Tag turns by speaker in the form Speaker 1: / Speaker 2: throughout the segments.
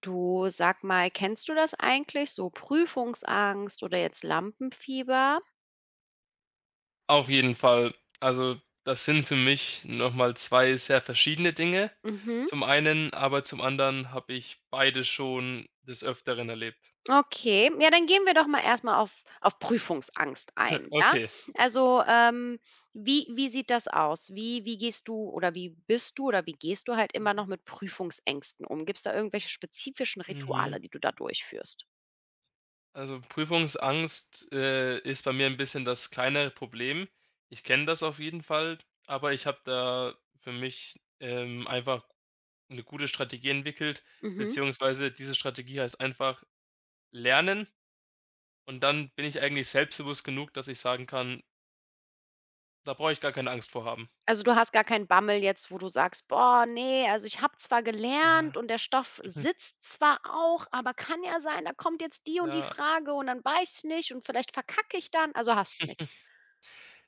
Speaker 1: Du, sag mal, kennst du das eigentlich, so Prüfungsangst oder jetzt Lampenfieber?
Speaker 2: Auf jeden Fall. Also, das sind für mich nochmal 2 sehr verschiedene Dinge
Speaker 1: Mhm.
Speaker 2: zum einen, aber zum anderen habe ich beide schon des Öfteren erlebt.
Speaker 1: Okay, ja, dann gehen wir doch mal erst mal auf Prüfungsangst ein, ja?
Speaker 2: Okay.
Speaker 1: Also, ähm, wie sieht das aus? Wie gehst du oder wie bist du oder wie gehst du halt immer noch mit Prüfungsängsten um? Gibt es da irgendwelche spezifischen
Speaker 2: Mhm.
Speaker 1: Rituale, die du da durchführst?
Speaker 2: Also, Prüfungsangst, ist bei mir ein bisschen das kleinere Problem. Ich kenne das auf jeden Fall, aber ich habe da für mich, einfach eine gute Strategie entwickelt,
Speaker 1: Mhm.
Speaker 2: beziehungsweise diese Strategie heißt einfach lernen, und dann bin ich eigentlich selbstbewusst genug, dass ich sagen kann: Da brauche ich gar keine Angst vor haben.
Speaker 1: Also, du hast gar keinen Bammel jetzt, wo du sagst: „Boah, nee, also ich habe zwar gelernt
Speaker 2: Ja,
Speaker 1: und der Stoff
Speaker 2: mhm,
Speaker 1: sitzt zwar auch, aber kann ja sein, da kommt jetzt die und die
Speaker 2: ja.
Speaker 1: Frage und dann weiß ich nicht und vielleicht verkacke ich dann.“ Also, hast du nicht.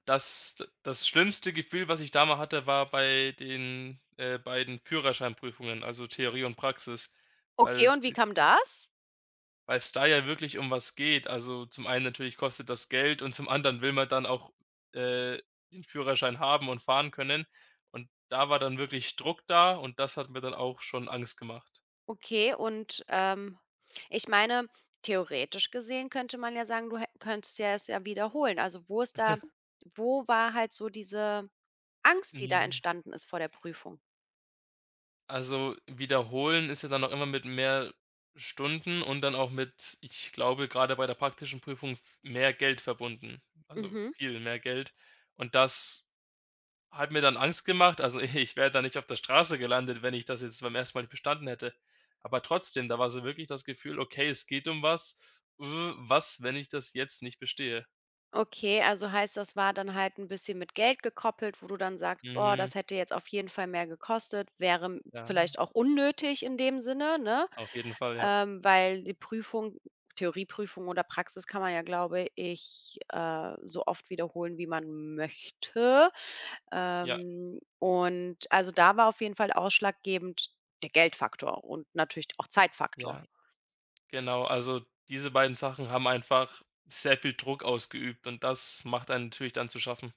Speaker 2: Das das schlimmste Gefühl, was ich da mal hatte, war bei den, beiden Führerscheinprüfungen, also Theorie und Praxis,
Speaker 1: Okay,
Speaker 2: weil's
Speaker 1: und wie
Speaker 2: si
Speaker 1: kam das?
Speaker 2: weil's da ja wirklich um was geht. Also, zum einen natürlich kostet das Geld und zum anderen will man dann auch, äh, den Führerschein haben und fahren können. Und da war dann wirklich Druck da, und das hat mir dann auch schon Angst gemacht.
Speaker 1: Okay, und ich meine, theoretisch gesehen könnte man ja sagen, du hä könntest ja es ja wiederholen. Also, wo ist da, wo war halt so diese Angst, die da
Speaker 2: Mhm.
Speaker 1: entstanden ist vor der Prüfung?
Speaker 2: Also, wiederholen ist ja dann auch immer mit mehr Stunden und dann auch mit, ich glaube, gerade bei der praktischen Prüfung f mehr Geld verbunden, also
Speaker 1: Mhm.
Speaker 2: viel mehr Geld. Und das hat mir dann Angst gemacht. Also, ich wäre da nicht auf der Straße gelandet, wenn ich das jetzt beim ersten Mal nicht bestanden hätte. Aber trotzdem, da war so wirklich das Gefühl: „Okay, es geht um was. Was, wenn ich das jetzt nicht bestehe?“
Speaker 1: Okay, also heißt, das war dann halt ein bisschen mit Geld gekoppelt, wo du dann sagst: „Oh,
Speaker 2: Mhm,
Speaker 1: das hätte jetzt auf jeden Fall mehr gekostet.“ Wäre m
Speaker 2: ja,
Speaker 1: vielleicht auch unnötig in dem Sinne, ne?
Speaker 2: auf jeden Fall, ja.
Speaker 1: Weil die Prüfung Theorieprüfung oder Praxis kann man ja, glaube ich, so oft wiederholen, wie man möchte.
Speaker 2: Ja,
Speaker 1: Und also, da war auf jeden Fall ausschlaggebend der Geldfaktor und natürlich auch Zeitfaktor.
Speaker 2: ja. Genau, also diese beiden Sachen haben einfach sehr viel Druck ausgeübt, und das macht einem natürlich dann zu schaffen.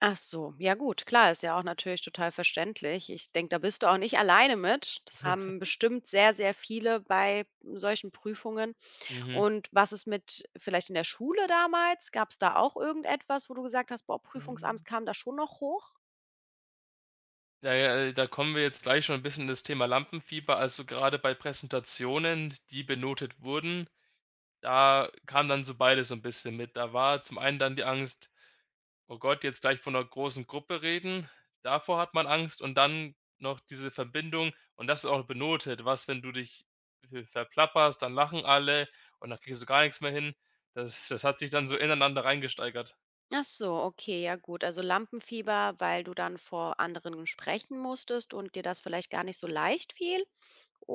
Speaker 1: Ach so, ja gut, klar, ist ja auch natürlich total verständlich. Ich denke, da bist du auch nicht alleine mit. Das haben bestimmt sehr, sehr viele bei solchen Prüfungen.
Speaker 2: Mhm.
Speaker 1: Und was ist mit vielleicht in der Schule damals? Gab es da auch irgendetwas, wo du gesagt hast: „Boah, Prüfungsangst
Speaker 2: Ähm,
Speaker 1: kam da schon noch hoch?“
Speaker 2: ja, ja, da kommen wir jetzt gleich schon ein bisschen in das Thema Lampenfieber. Also, gerade bei Präsentationen, die benotet wurden, da kam dann so beides so 'n bisschen mit. Da war zum einen dann die Angst: Oh Gott, jetzt gleich von einer großen Gruppe reden. Davor hat man Angst, und dann noch diese Verbindung, und das wird auch benotet. Was, wenn du dich v verplapperst, dann lachen alle und dann kriegst du gar nichts mehr hin. Das hat sich dann so ineinander reingesteigert.
Speaker 1: Ach so, okay, ja gut. Also Lampenfieber, weil du dann vor anderen sprechen musstest und dir das vielleicht gar nicht so leicht fiel?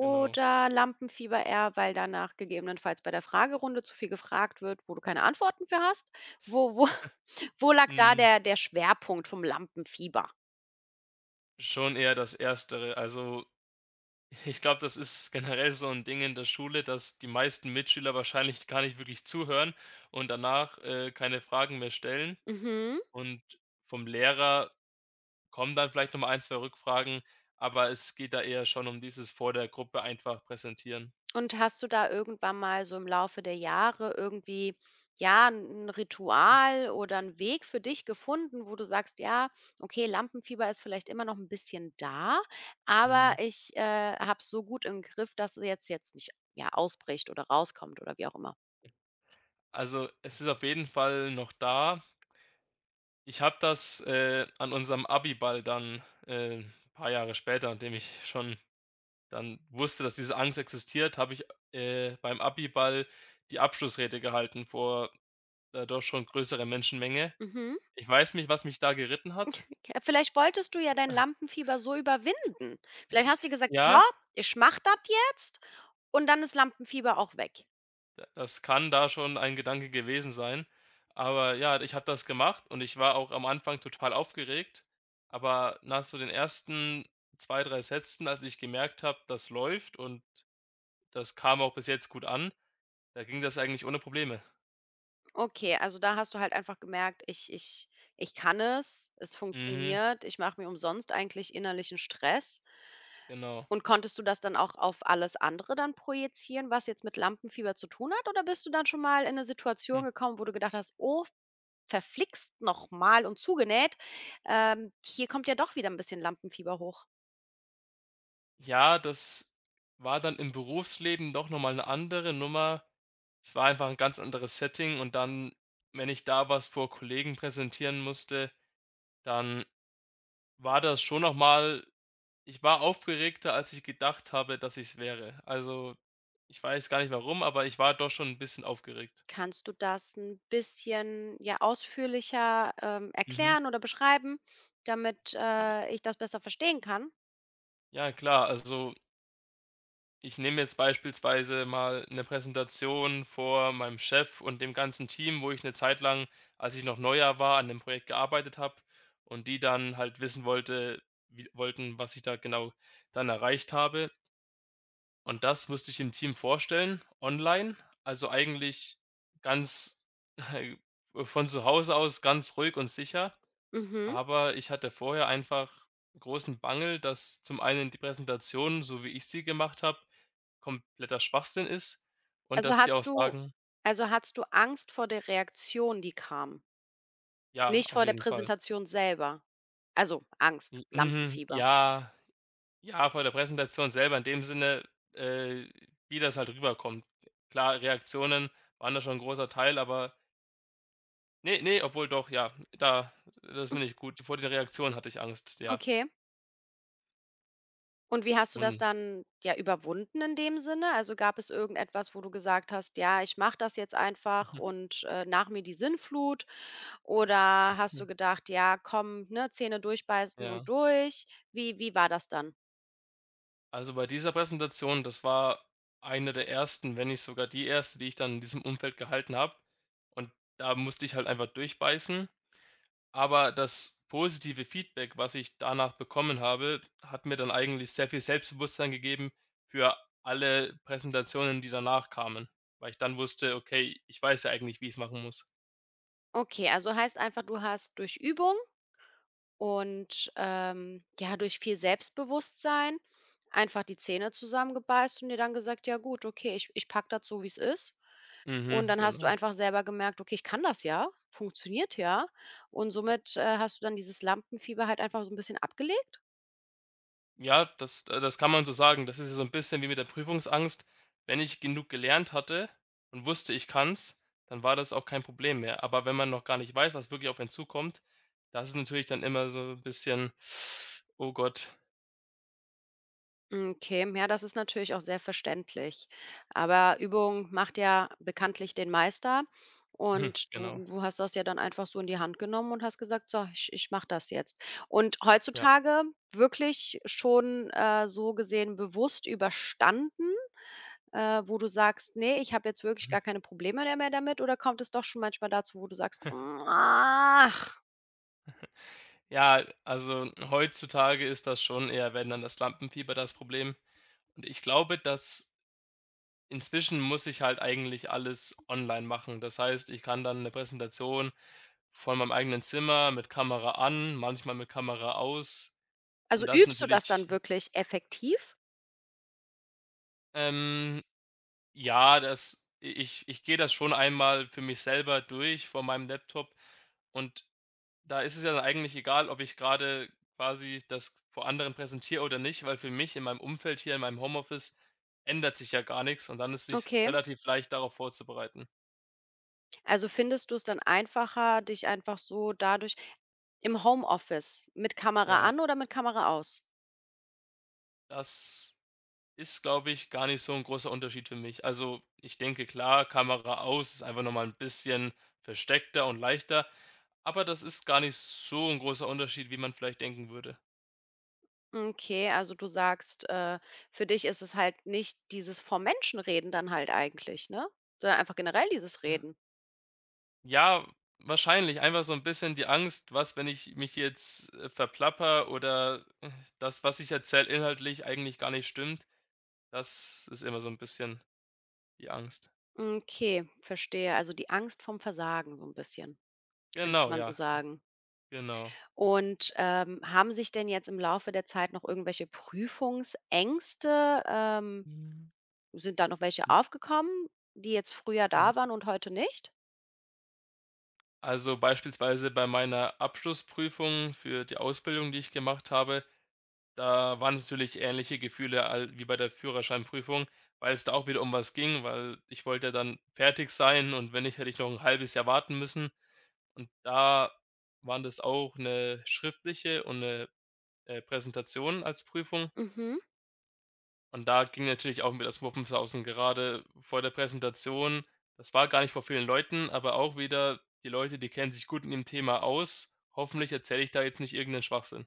Speaker 2: Genau.
Speaker 1: Lampenfieber eher, weil danach gegebenenfalls bei der Fragerunde zu viel gefragt wird, wo du keine Antworten für hast? Wo, wo, wo lag da
Speaker 2: Hm,
Speaker 1: der Schwerpunkt vom Lampenfieber?
Speaker 2: schon eher das Erstere. Also, ich glaube, das ist generell so ein Ding in der Schule, dass die meisten Mitschüler wahrscheinlich gar nicht wirklich zuhören und danach, keine Fragen mehr stellen.
Speaker 1: Mhm.
Speaker 2: Und vom Lehrer kommen dann vielleicht noch mal 1, 2 Rückfragen, aber es geht da eher schon um dieses vor der Gruppe einfach präsentieren.
Speaker 1: Und hast du da irgendwann mal so im Laufe der Jahre irgendwie, ja, ein Ritual oder einen Weg für dich gefunden, wo du sagst: „Ja, okay, Lampenfieber ist vielleicht immer noch ein bisschen da, aber
Speaker 2: Mhm.
Speaker 1: ich, habe es so gut im Griff, dass es jetzt nicht, ja, ausbricht oder rauskommt“ oder wie auch immer?
Speaker 2: Also, es ist auf jeden Fall noch da. Ich habe das, an unserem Abiball dann, ein paar Jahre später, an dem ich schon dann wusste, dass diese Angst existiert, habe ich, beim Abiball die Abschlussrede gehalten vor, doch schon größerer Menschenmenge.
Speaker 1: Mhm.
Speaker 2: Ich weiß nicht, was mich da geritten hat.
Speaker 1: K Vielleicht wolltest du ja dein Lampenfieber so überwinden. Vielleicht hast du dir gesagt: „Ja,
Speaker 2: Ja.
Speaker 1: ich mach das jetzt und dann ist Lampenfieber auch weg.“
Speaker 2: Das kann da schon ein Gedanke gewesen sein. Aber ja, ich habe das gemacht, und ich war auch am Anfang total aufgeregt. Aber nach so den ersten 2, 3 Sätzen, als ich gemerkt habe, das läuft und das kam auch bis jetzt gut an, da ging das eigentlich ohne Probleme.
Speaker 1: Okay, also da hast du halt einfach gemerkt: Ich kann es, es
Speaker 2: Mhm,
Speaker 1: funktioniert, ich mache mir umsonst eigentlich innerlichen Stress.“
Speaker 2: genau.
Speaker 1: Und konntest du das dann auch auf alles andere dann projizieren, was jetzt mit Lampenfieber zu tun hat? Oder bist du dann schon mal in eine
Speaker 2: Hm.
Speaker 1: Situation gekommen, wo du gedacht hast: „Oh, verflixt nochmal und zugenäht, hier kommt ja doch wieder ein bisschen Lampenfieber hoch.“
Speaker 2: Ja, das war dann im Berufsleben doch noch mal 'ne andere Nummer. Es war einfach ein ganz anderes Setting, und dann, wenn ich da was vor Kollegen präsentieren musste, dann war das schon noch mal. Ich war aufgeregter, als ich gedacht habe, dass ich es wäre. Also, ich weiß gar nicht warum, aber ich war doch schon ein bisschen aufgeregt.
Speaker 1: Kannst du das ein bisschen, ja, ausführlicher,
Speaker 2: Mhm.
Speaker 1: erklären oder beschreiben, damit, ich das besser verstehen kann?
Speaker 2: Ja klar, also, ich nehme jetzt beispielsweise mal eine Präsentation vor meinem Chef und dem ganzen Team, wo ich eine Zeit lang, als ich noch neuer war, an dem Projekt gearbeitet habe und die dann halt wissen wollte wie wollten, was ich da genau dann erreicht habe. Und das müsste ich dem Team vorstellen, online. Also, eigentlich ganz von zu Hause aus ganz ruhig und sicher.
Speaker 1: Mhm.
Speaker 2: Aber ich hatte vorher einfach großen Bangel, dass zum einen die Präsentation, so wie ich sie gemacht habe, kompletter Schwachsinn ist und
Speaker 1: Also,
Speaker 2: dass die auch
Speaker 1: hattest du
Speaker 2: sagen
Speaker 1: also, hattest du Angst vor der Reaktion, die kam?
Speaker 2: ja,
Speaker 1: Nicht
Speaker 2: auf
Speaker 1: vor der
Speaker 2: jeden Fall.
Speaker 1: Präsentation selber? Also, Angst,
Speaker 2: J Mhm,
Speaker 1: Lampenfieber.
Speaker 2: ja, ja, vor der Präsentation selber in dem Sinne, äh, wie das halt rüberkommt. Klar, Reaktionen waren da schon ein großer Teil, aber ne, ne, obwohl doch, ja, da das finde ich gut. Vor der Reaktion hatte ich Angst, ja.
Speaker 1: Okay. Und wie hast du das
Speaker 2: Und
Speaker 1: dann, ja, überwunden in dem Sinne? Also, gab es irgendetwas, wo du gesagt hast: „Ja, ich mache das jetzt einfach und, nach mir die Sinnflut“? Oder hast du gedacht: „Ja, komm, ne, Zähne durchbeißen
Speaker 2: ja,
Speaker 1: und durch“? Wie war das dann?
Speaker 2: also bei dieser Präsentation, das war eine der ersten, wenn nicht sogar die erste, die ich dann in diesem Umfeld gehalten habe. Und da musste ich halt einfach durchbeißen. Aber das positive Feedback, was ich danach bekommen habe, hat mir dann eigentlich sehr viel Selbstbewusstsein gegeben für alle Präsentationen, die danach kamen, weil ich dann wusste: „Okay, ich weiß ja eigentlich, wie ich es machen muss.“
Speaker 1: Okay, also heißt einfach, du hast durch Übung und, ja, durch viel Selbstbewusstsein einfach die Zähne zusammengebeißt und dir dann gesagt: „Ja gut, okay, ich ich pack das so, wie es ist.“ Und
Speaker 2: Mhm,
Speaker 1: dann hast du
Speaker 2: genau.
Speaker 1: einfach selber gemerkt: „Okay, ich kann das ja, funktioniert ja.“ Und somit, hast du dann dieses Lampenfieber halt einfach so ein bisschen abgelegt?
Speaker 2: Ja, das das kann man so sagen. Das ist ja so ein bisschen wie mit der Prüfungsangst. Wenn ich genug gelernt hatte und wusste, ich kann's, dann war das auch kein Problem mehr. Aber wenn man noch gar nicht weiß, was wirklich auf einen zukommt, das ist natürlich dann immer so ein bisschen: „Oh Gott.“
Speaker 1: Hm, okay, ja, das ist natürlich auch sehr verständlich. Aber Übung macht ja bekanntlich den Meister
Speaker 2: Mhm,
Speaker 1: und
Speaker 2: genau,
Speaker 1: du hast das ja dann einfach so in die Hand genommen und hast gesagt: „So, ich ich mache das jetzt.“ Und
Speaker 2: ja.
Speaker 1: heutzutage wirklich schon, so gesehen bewusst überstanden, wo du sagst: „Nee, ich habe jetzt wirklich
Speaker 2: Mhm.
Speaker 1: gar keine Probleme da mehr damit“, oder kommt es doch schon manchmal dazu, wo du sagst: „Ach?“
Speaker 2: Ja, also heutzutage ist das schon eher, wenn dann, das Lampenfieber das Problem. Und ich glaube, dass inzwischen muss ich halt eigentlich alles online machen. Das heißt, ich kann dann eine Präsentation vor meinem eigenen Zimmer mit Kamera an, manchmal mit Kamera aus. Und
Speaker 1: Also,
Speaker 2: das
Speaker 1: übst du das dann
Speaker 2: natürlich
Speaker 1: wirklich effektiv?
Speaker 2: ähm, ja, das i ich ich gehe das schon einmal für mich selber durch vor meinem Laptop, und da ist es ja dann eigentlich egal, ob ich gerade quasi das vor anderen präsentiere oder nicht, weil für mich in meinem Umfeld hier in meinem Homeoffice ändert sich ja gar nichts, und dann ist es sich
Speaker 1: Okay.
Speaker 2: relativ leicht, darauf vorzubereiten.
Speaker 1: Also, findest du es dann einfacher, dich einfach so dadurch im Homeoffice, mit Kamera
Speaker 2: Ja,
Speaker 1: an oder mit Kamera aus?
Speaker 2: das ist, glaube ich, gar nicht so ein großer Unterschied für mich. Also, ich denke, klar, Kamera aus ist einfach noch mal 'n bisschen versteckter und leichter, aber das ist gar nicht so ein großer Unterschied, wie man vielleicht denken würde.
Speaker 1: Okay, also du sagst, für dich ist es halt nicht dieses vor Menschen reden dann halt eigentlich, ne? Sondern einfach generell dieses
Speaker 2: Ja.
Speaker 1: Reden.
Speaker 2: Ja, wahrscheinlich einfach so ein bisschen die Angst: „Was, wenn ich mich jetzt, verplappere oder, das, was ich erzähle, inhaltlich eigentlich gar nicht stimmt?“ Das ist immer so ein bisschen die Angst.
Speaker 1: Okay, verstehe. Also die Angst vom Versagen so ein bisschen, könnte
Speaker 2: Genau,
Speaker 1: man so
Speaker 2: ja,
Speaker 1: sagen.
Speaker 2: genau.
Speaker 1: Und, haben sich denn jetzt im Laufe der Zeit noch irgendwelche Prüfungsängste,
Speaker 2: Mhm.
Speaker 1: sind da noch welche
Speaker 2: Hm,
Speaker 1: aufgekommen, die jetzt früher
Speaker 2: ja.
Speaker 1: da waren und heute nicht?
Speaker 2: Also beispielsweise bei meiner Abschlussprüfung für die Ausbildung, die ich gemacht habe, da waren es natürlich ähnliche Gefühle wie bei der Führerscheinprüfung, weil es da auch wieder um was ging, weil ich wollte dann fertig sein, und wenn nicht, hätte ich noch ein halbes Jahr warten müssen. Und da waren das auch eine schriftliche und eine Präsentation als Prüfung.
Speaker 1: Mhm.
Speaker 2: Und da ging natürlich auch mir das Muffensausen gerade vor der Präsentation. Das war gar nicht vor vielen Leuten, aber auch wieder die Leute, die kennen sich gut in dem Thema aus. Hoffentlich erzähle ich da jetzt nicht irgendeinen Schwachsinn.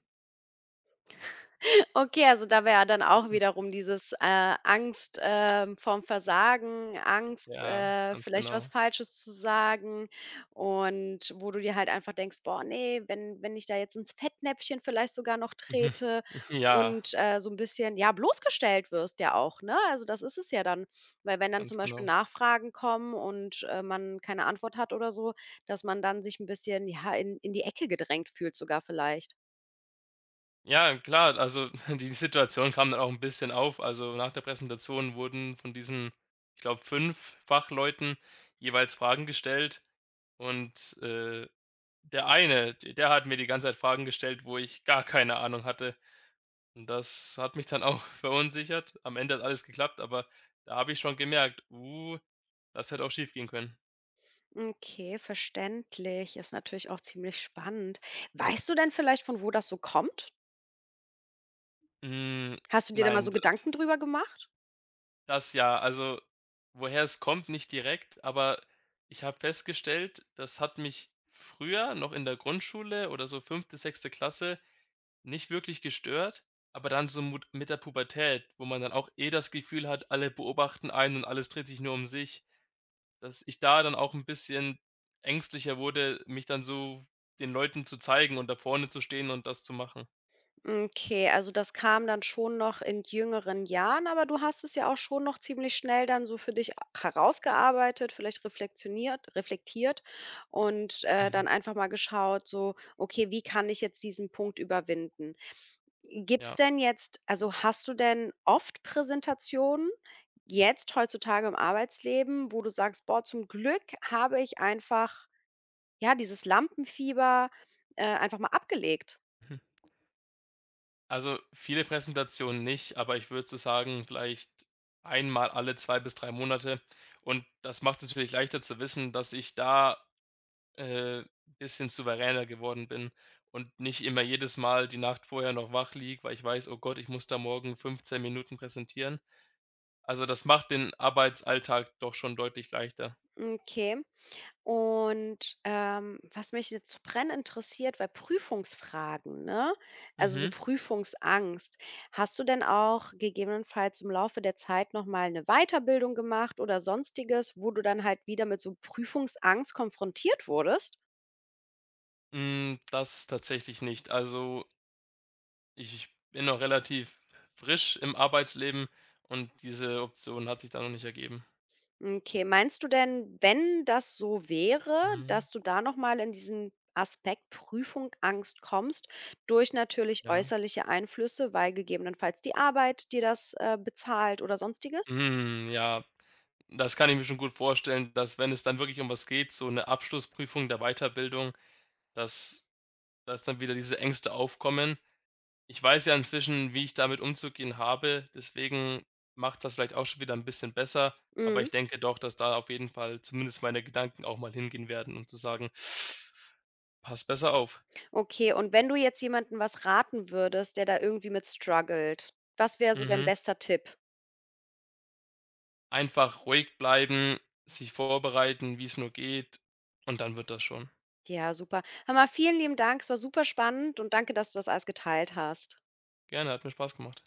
Speaker 1: Okay, also da wäre dann auch wiederum dieses, Angst, vorm Versagen, Angst,
Speaker 2: Ja, ganz
Speaker 1: vielleicht was
Speaker 2: genau.
Speaker 1: Falsches zu sagen und wo du dir halt einfach denkst: „Boah, nee, wenn ich da jetzt ins Fettnäpfchen vielleicht sogar noch
Speaker 2: Mhm.
Speaker 1: trete“
Speaker 2: Ja,
Speaker 1: und, so ein bisschen, ja, bloßgestellt wirst ja auch, ne? Also, das ist es ja dann, weil wenn dann zum
Speaker 2: ganz
Speaker 1: Beispiel
Speaker 2: genau.
Speaker 1: Nachfragen kommen und, man keine Antwort hat oder so, dass man dann sich ein bisschen, ja, in die Ecke gedrängt fühlt sogar vielleicht.
Speaker 2: Ja, klar, also die Situation kam dann auch ein bisschen auf. Also, nach der Präsentation wurden von diesen, ich glaube, 5 Fachleuten jeweils Fragen gestellt, und, der eine, d der hat mir die ganze Zeit Fragen gestellt, wo ich gar keine Ahnung hatte. Und das hat mich dann auch verunsichert. Am Ende hat alles geklappt, aber da habe ich schon gemerkt: das hätte auch schiefgehen können.“
Speaker 1: Okay, verständlich. Ist natürlich auch ziemlich spannend. Weißt du denn vielleicht, von wo das so kommt?
Speaker 2: Hm,
Speaker 1: Hast du dir da mal
Speaker 2: nein,
Speaker 1: so
Speaker 2: das
Speaker 1: Gedanken drüber gemacht?
Speaker 2: das ja. Also, woher es kommt, nicht direkt, aber ich habe festgestellt, das hat mich früher noch in der Grundschule oder so fünfte, sechste Klasse nicht wirklich gestört, aber dann so mut mit der Pubertät, wo man dann auch eh das Gefühl hat, alle beobachten einen und alles dreht sich nur um sich, dass ich da dann auch ein bisschen ängstlicher wurde, mich dann so den Leuten zu zeigen und da vorne zu stehen und das zu machen.
Speaker 1: Okay, also das kam dann schon noch in jüngeren Jahren, aber du hast es ja auch schon noch ziemlich schnell dann so für dich herausgearbeitet, vielleicht reflektioniert, reflektiert und dann
Speaker 2: Mhm.
Speaker 1: einfach mal geschaut, so, okay, wie kann ich jetzt diesen Punkt überwinden? Gibt's
Speaker 2: Ja.
Speaker 1: denn jetzt, also hast du denn oft Präsentationen? Jetzt heutzutage im Arbeitsleben, wo du sagst: „Boah, zum Glück habe ich einfach, ja, dieses Lampenfieber, einfach mal abgelegt.“
Speaker 2: Mhm. Also, viele Präsentationen nicht, aber ich würde so sagen, vielleicht einmal alle 2 bis 3 Monate, und das macht es natürlich leichter zu wissen, dass ich da Äh, bisschen souveräner geworden bin und nicht immer jedes Mal die Nacht vorher noch wach liege, weil ich weiß: „Oh Gott, ich muss da morgen 15 Minuten präsentieren.“ Also, das macht den Arbeitsalltag doch schon deutlich leichter.
Speaker 1: Okay. Und, was mich jetzt zu brennend interessiert, weil Prüfungsfragen, ne? Also, so
Speaker 2: Mhm.
Speaker 1: Prüfungsangst. Hast du denn auch gegebenenfalls im Laufe der Zeit noch mal 'ne Weiterbildung gemacht oder Sonstiges, wo du dann halt wieder mit so Prüfungsangst konfrontiert wurdest?
Speaker 2: Hm, das tatsächlich nicht. Also, ich bin noch relativ frisch im Arbeitsleben, und diese Option hat sich da noch nicht ergeben.
Speaker 1: Okay, meinst du denn, wenn das so wäre,
Speaker 2: Mhm,
Speaker 1: dass du da noch mal in diesen Aspekt Prüfung Angst kommst, durch natürlich
Speaker 2: ja.
Speaker 1: äußerliche Einflüsse, weil gegebenenfalls die Arbeit dir das, bezahlt oder Sonstiges?
Speaker 2: Hm, ja, das kann ich mir schon gut vorstellen, dass, wenn es dann wirklich um was geht, so eine Abschlussprüfung der Weiterbildung, dass dass dann wieder diese Ängste aufkommen. Ich weiß ja inzwischen, wie ich damit umzugehen habe, deswegen macht das vielleicht auch schon wieder ein bisschen besser, aber
Speaker 1: Mhm.
Speaker 2: ich denke doch, dass da auf jeden Fall zumindest meine Gedanken auch mal hingehen werden, um zu sagen: „Pass besser auf.“
Speaker 1: Okay, und wenn du jetzt jemandem was raten würdest, der da irgendwie mit struggelt, was wäre so dein
Speaker 2: Mhm.
Speaker 1: bester Tipp?
Speaker 2: Einfach ruhig bleiben, sich vorbereiten, wie es nur geht, und dann wird das schon.
Speaker 1: Ja, super. Hör mal, vielen lieben Dank. Es war super spannend und danke, dass du das alles geteilt hast.
Speaker 2: Gerne, hat mir Spaß gemacht.